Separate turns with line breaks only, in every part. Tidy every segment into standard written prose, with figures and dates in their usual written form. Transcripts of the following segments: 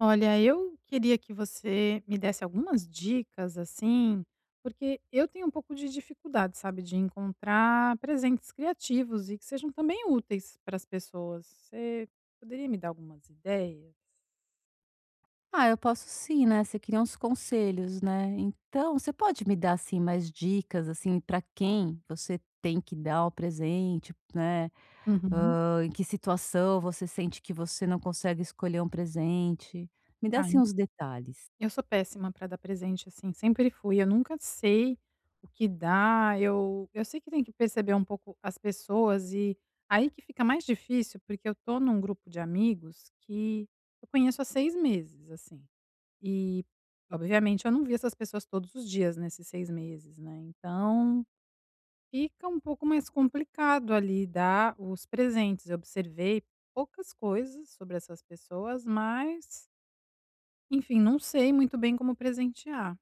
Olha, eu queria que você me desse algumas dicas, assim, porque eu tenho um pouco de dificuldade, sabe, de encontrar presentes criativos e que sejam também úteis para as pessoas. Você poderia me dar algumas ideias?
Ah, eu posso sim, né? Você queria uns conselhos, né. Então, você pode me dar, assim, mais dicas, assim, para quem você tem que dar o presente, né,
Uhum.
em que situação você sente que você não consegue escolher um presente. Me dá,
Ah,
assim, uns detalhes.
Eu sou péssima para dar presente, assim, sempre fui. Eu nunca sei o que dá. Eu sei que tem que perceber um pouco as pessoas, e aí que fica mais difícil, porque eu tô num grupo de amigos que eu conheço há 6 meses, assim. E, obviamente, eu não vi essas pessoas todos os dias nesses 6 meses, né, então fica um pouco mais complicado ali dar os presentes. Eu observei poucas coisas sobre essas pessoas, mas, enfim, não sei muito bem como presentear.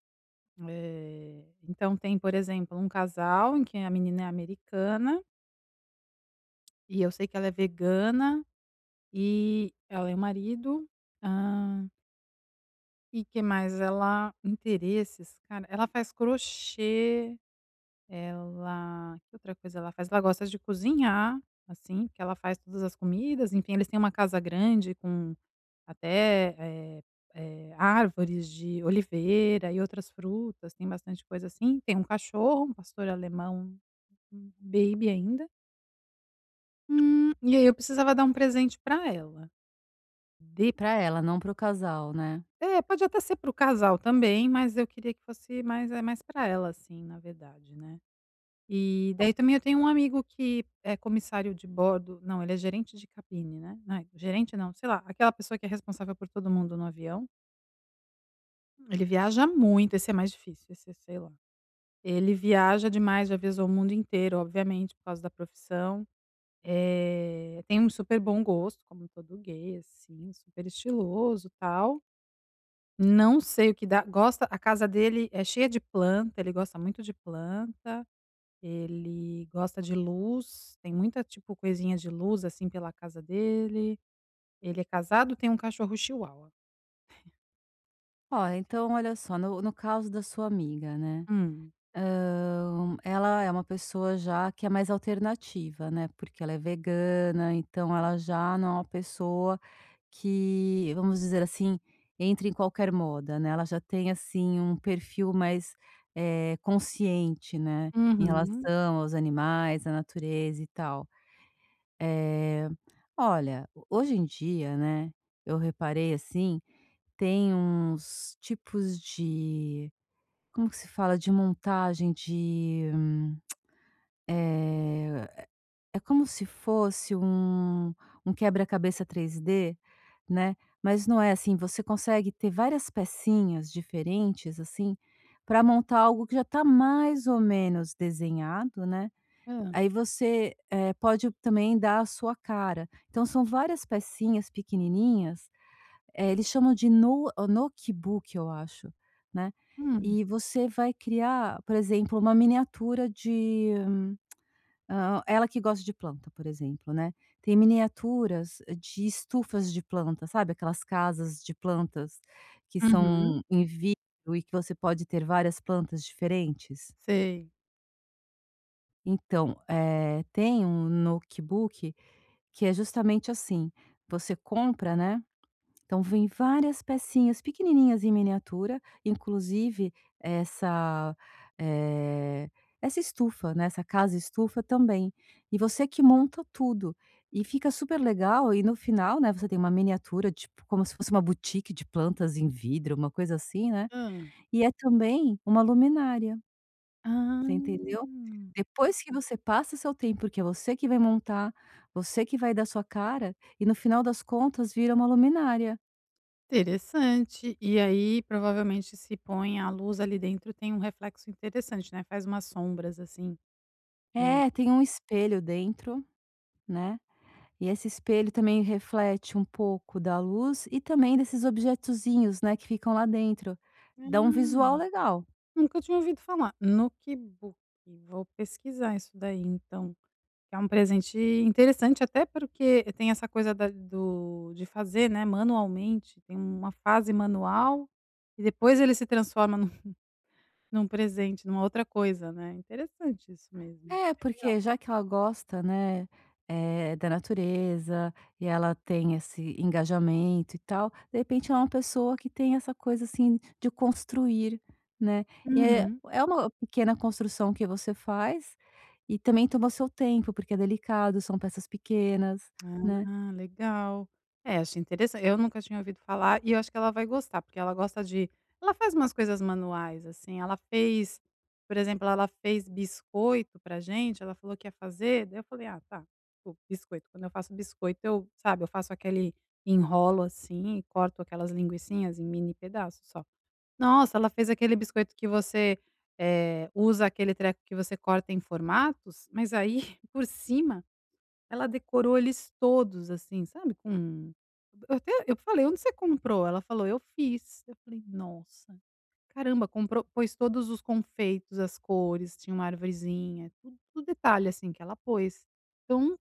Então tem, por exemplo, um casal em que a menina é americana, e eu sei que ela é vegana, e ela e o marido, hã, e que mais? Ela interesses, cara, ela faz crochê. Ela, que outra coisa ela faz? Ela gosta de cozinhar, assim, porque ela faz todas as comidas. Enfim, eles têm uma casa grande com até, eh árvores de oliveira e outras frutas, tem bastante coisa assim. Tem um cachorro, um pastor alemão, um baby ainda. E aí eu precisava dar um presente pra ela. De
Para ela, não para o casal, né.
é, pode até ser para o casal também, mas eu queria que fosse mais, é, mais para ela, assim, na verdade, né. E daí também eu tenho um amigo que é comissário de bordo, não, ele é gerente de cabine, né. Ai, gerente não, sei lá, aquela pessoa que é responsável por todo mundo no avião. Ele viaja muito, esse é mais difícil, esse é, sei lá. Ele viaja demais, já viajou o mundo inteiro, obviamente, por causa da profissão. Tem um super bom gosto, como todo gay, assim, super estiloso, tal. Não sei o que dá, gosta, a casa dele é cheia de planta, ele gosta muito de planta. Ele gosta de luz, tem muita, tipo, coisinha de luz, assim, pela casa dele. Ele é casado, tem um cachorro chihuahua.
Ó, então olha só, no caso da sua amiga, né.
Hum.
Ela é uma pessoa já que é mais alternativa, né, porque ela é vegana, então ela já não é uma pessoa que, vamos dizer assim, entra em qualquer moda, né, ela já tem, assim, um perfil mais, consciente, né, em
Uhum.
relação aos animais, à natureza e tal. Eh, Olha, hoje em dia, né, eu reparei, assim, tem uns tipos de como que se fala? De montagem de, eh, é como se fosse um quebra-cabeça 3D, né, mas não é assim, você consegue ter várias pecinhas diferentes, assim, para montar algo que já está mais ou menos desenhado, né,
Hã.
aí você, pode também dar a sua cara. Então são várias pecinhas pequenininhas, é, eles chamam de no notebook, eu acho, né.
Hum.
E você vai criar, por exemplo, uma miniatura de, hã, ela que gosta de planta, por exemplo, né, tem miniaturas de estufas de planta, sabe, aquelas casas de plantas que são
Uhum.
em vidro e que você pode ter várias plantas diferentes?
Sei.
Então, tem um notebook que é justamente assim, você compra, né. Então vem várias pecinhas pequenininhas em miniatura, inclusive essa, eh, essa estufa, né, essa casa estufa também. E você que monta tudo. E fica super legal e no final, né, você tem uma miniatura, tipo, como se fosse uma boutique de plantas em vidro, uma coisa assim, né.
Hã.
E é também uma luminária,
Ah,
você entendeu? Depois que você passa seu tempo, porque é você que vai montar, você que vai dar sua cara, e no final das contas vira uma luminária.
interessante. E aí, provavelmente, se põe a luz ali dentro, tem um reflexo interessante, né, faz umas sombras, assim.
É,
É.
tem um espelho dentro, né, e esse espelho também reflete um pouco da luz e também desses objetozinhos, né, que ficam lá dentro.
Ah,
Dá um visual legal.
nunca tinha ouvido falar. Nokibuki. Vou pesquisar isso daí, então. É um presente interessante, até porque tem essa coisa da do de fazer, né, manualmente, tem uma fase manual e depois ele se transforma num num presente, numa outra coisa, né. Interessante isso mesmo,
É,
é legal.
porque já que ela gosta, né, da natureza e ela tem esse engajamento e tal, de repente ela é uma pessoa que tem essa coisa, assim, de construir, né. E é
Uhum.
é uma pequena construção que você faz e também toma seu tempo, porque é delicado, são peças pequenas, né.
Ah, legal. É, achei interessan eu nunca tinha ouvido falar, e eu acho que ela vai gostar, porque ela gosta de ela faz umas coisas manuais, assim. Ela fez, por exemplo, ela fez biscoito pra gente, ela falou que ia fazer, daí eu falei: "Ah, tá", tipo, biscoito, quando eu faço biscoito, eu, sabe, eu faço aquele enrolo, assim, e corto aquelas linguicinhas em mini pedaços só. Nossa, ela fez aquele biscoito que você, usa aquele treco que você corta em formatos, mas aí por cima ela decorou eles todos, assim, sabe, com, eu até eu falei: "Onde você comprou?" Ela falou: "Eu fiz". Eu falei: "Nossa, caramba", comprou, pôs todos os confeitos, as cores, tinha uma arvorezinha, tudo detalhe, assim, que ela pôs. Então,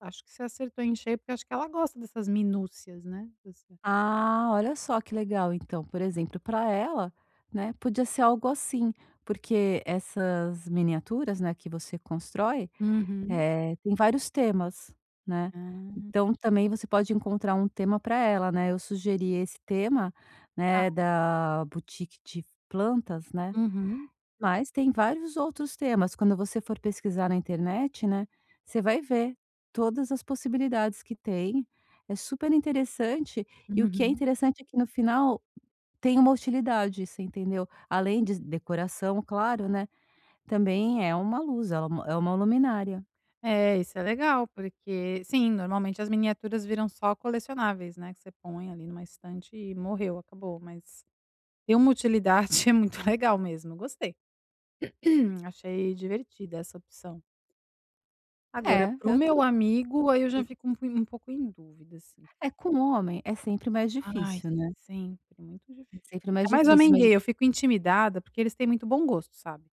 acho que você acertou em cheio, porque acho que ela gosta dessas minúcias, né, dessa.
Ah, olha só que legal então, por exemplo, para ela, né, podia ser algo assim, porque essas miniaturas, né, que você constrói,
Uhum.
tem vários temas, né.
Ah.
Então também você pode encontrar um tema para ela, né. Eu sugeri esse tema, né, da boutique de plantas, né.
Uhum,
Mas tem vários outros temas, quando você for pesquisar na internet, né, você vai ver todas as possibilidades que tem, é super interessante, e o que é
uhum.
interessante é que no final tem uma utilidade, você entendeu? Além de decoração, claro, né, também é uma luz, ela é uma luminária.
É, isso é legal, porque sim, normalmente as miniaturas viram só colecionáveis, né, que você põe ali numa estante e morreu, acabou, mas tem uma utilidade. É muito legal mesmo, gostei. Achei divertida essa opção. Agora,
É,
para o
eu
meu
também.
amigo, aí eu já fico um pu um pouco em dúvida, assim.
É, com o homem é sempre mais
Ai,
difícil, né,
sempre, muito
é
difícil.
sempre
Ainda
mais
mais
difícil,
homem
mas,
gay, eu fico intimidada, porque eles têm muito bom gosto, sabe.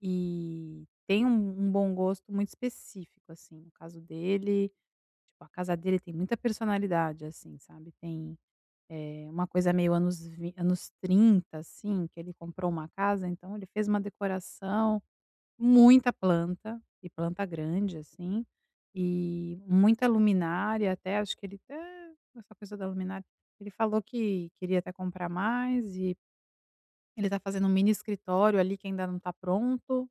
E tem um bom gosto muito específico, assim. No caso dele, tipo, a casa dele tem muita personalidade, assim, sabe. Tem, uma coisa meio anos, vi anos 30, assim, que ele comprou uma casa, então ele fez uma decoração. Muita planta, e planta grande, assim, e muita luminária até, acho que ele, até essa coisa da luminária, ele falou que queria até comprar mais. E ele está fazendo um mini escritório ali que ainda não está pronto,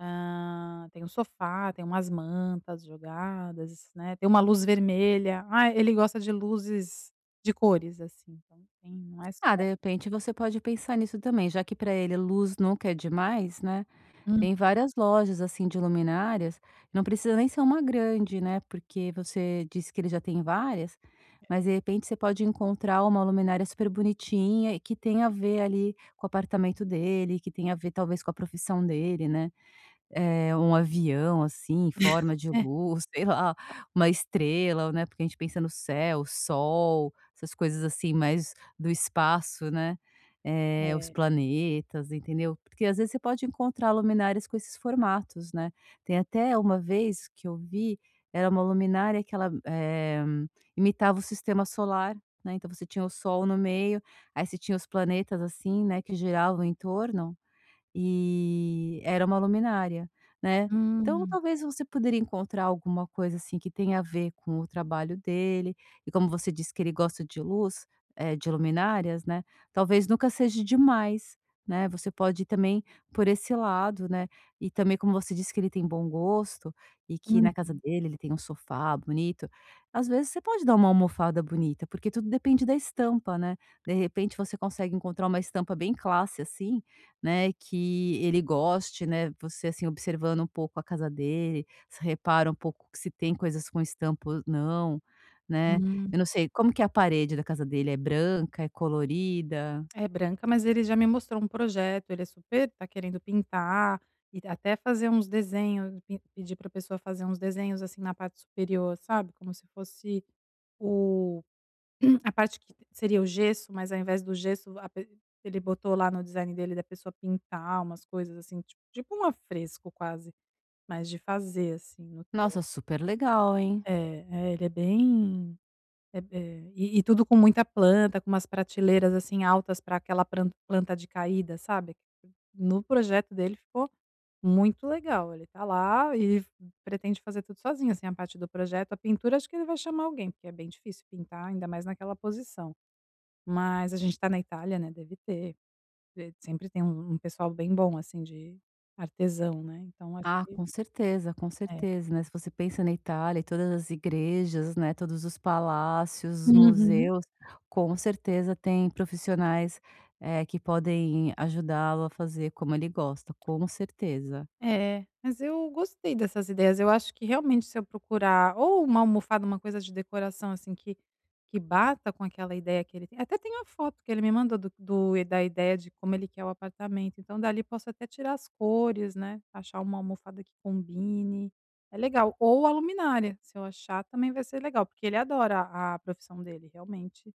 tem um sofá, tem umas mantas jogadas, né, tem uma luz vermelha. Ah, ele gosta de luzes de cores, assim, então tem, não é só,
ah, de repente você pode pensar nisso também, já que para ele luz nunca é demais, né.
hum,
Tem várias lojas, assim, de luminárias, não precisa nem ser uma grande, né, porque você disse que ele já tem várias, mas de repente você pode encontrar uma luminária super bonitinha e que tem a ver ali com o apartamento dele, que tem a ver talvez com a profissão dele, né. É, um avião, assim, em forma de
é,
luz, sei lá, uma estrela, né, porque a gente pensa no céu, sol, essas coisas assim mais do espaço, né, os
é.
planetas, entendeu. Porque às vezes você pode encontrar luminárias com esses formatos, né. Tem até uma vez que eu vi, era uma luminária que ela, imitava o sistema solar, né, então você tinha o sol no meio, aí você tinha os planetas, assim, né, que giravam em torno. E era uma luminária, né. Então
Hum,
talvez você poderia encontrar alguma coisa, assim, que tenha a ver com o trabalho dele, e como você disse que ele gosta de luz, de luminárias, né, talvez nunca seja demais, né, você pode ir também por esse lado, né. E também como você disse que ele tem bom gosto, e que na casa
uhum.
dele ele tem um sofá bonito, às vezes você pode dar uma almofada bonita, porque tudo depende da estampa, né. De repente você consegue encontrar uma estampa bem classe, assim, né, que ele goste, né, você, assim, observando um pouco a casa dele, você repara um pouco que se tem coisas com estampa ou não, né.
Hum.
Eu não sei, como que é a parede da casa dele, é branca, é colorida?
É branca, mas ele já me mostrou um projeto, ele é super, tá querendo pintar e até fazer uns desenhos, pe pedir para a pessoa fazer uns desenhos, assim, na parte superior, sabe, como se fosse o, a parte que seria o gesso, mas ao invés do gesso, a pe ele botou lá no design dele da pessoa pintar umas coisas, assim, tipo um afresco quase, mas de fazer, assim, no,
Nossa, super legal, hein.
é, é, ele é bem, é, é, e tudo com muita planta, com umas prateleiras, assim, altas para aquela pran planta de caída, sabe. No projeto dele ficou muito legal, ele tá lá, e pretende fazer tudo sozinho, assim, a parte do projeto. A pintura, acho que ele vai chamar alguém, porque é bem difícil pintar, ainda mais naquela posição. Mas a gente tá na Itália, né, deve ter, sempre tem um pessoal bem bom, assim, de artesão, né, então acho
Ah,
que,
com
é.
certeza, né, se você pensa na Itália e todas as igrejas, né, todos os palácios, os
Uhum.
museus, com certeza tem profissionais, que podem ajudá-lo a fazer como ele gosta, com certeza.
É, mas eu gostei dessas ideias. Eu acho que realmente, se eu procurar ou uma almofada, uma coisa de decoração assim que bata com aquela ideia que ele tem. Até tem uma foto que ele me mandou do, do- da ideia de como ele quer o apartamento. Então dali posso até tirar as cores, né? Achar uma almofada que combine. É legal. Ou a luminária, se eu achar, também vai ser legal, porque ele adora a profissão dele, realmente.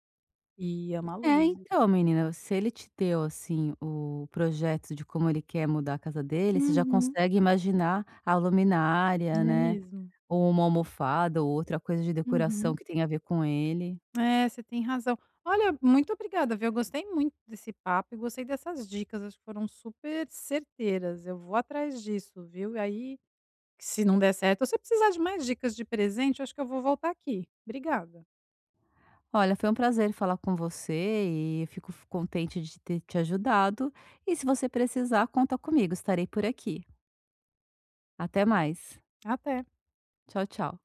E ama a
É,
luz.
então, menina, se ele te deu, assim, o projeto de como ele quer mudar a casa dele, você já
Uhum,
consegue imaginar a luminária,
é
né,
mesmo.
ou uma almofada ou outra coisa de decoração
Uhum.
que tem a ver com ele.
É, você tem razão. Olha, muito obrigada, viu? Eu gostei muito desse papo e gostei dessas dicas, acho que foram super certeiras. Eu vou atrás disso, viu? E aí, se não der certo, ou se eu precisar de mais dicas de presente, eu acho que eu vou voltar aqui. Obrigada.
Olha, foi um prazer falar com você e eu fico f contente de ter te ajudado, e se você precisar, conta comigo, estarei por aqui. Até mais.
Até.
Tchau, tchau.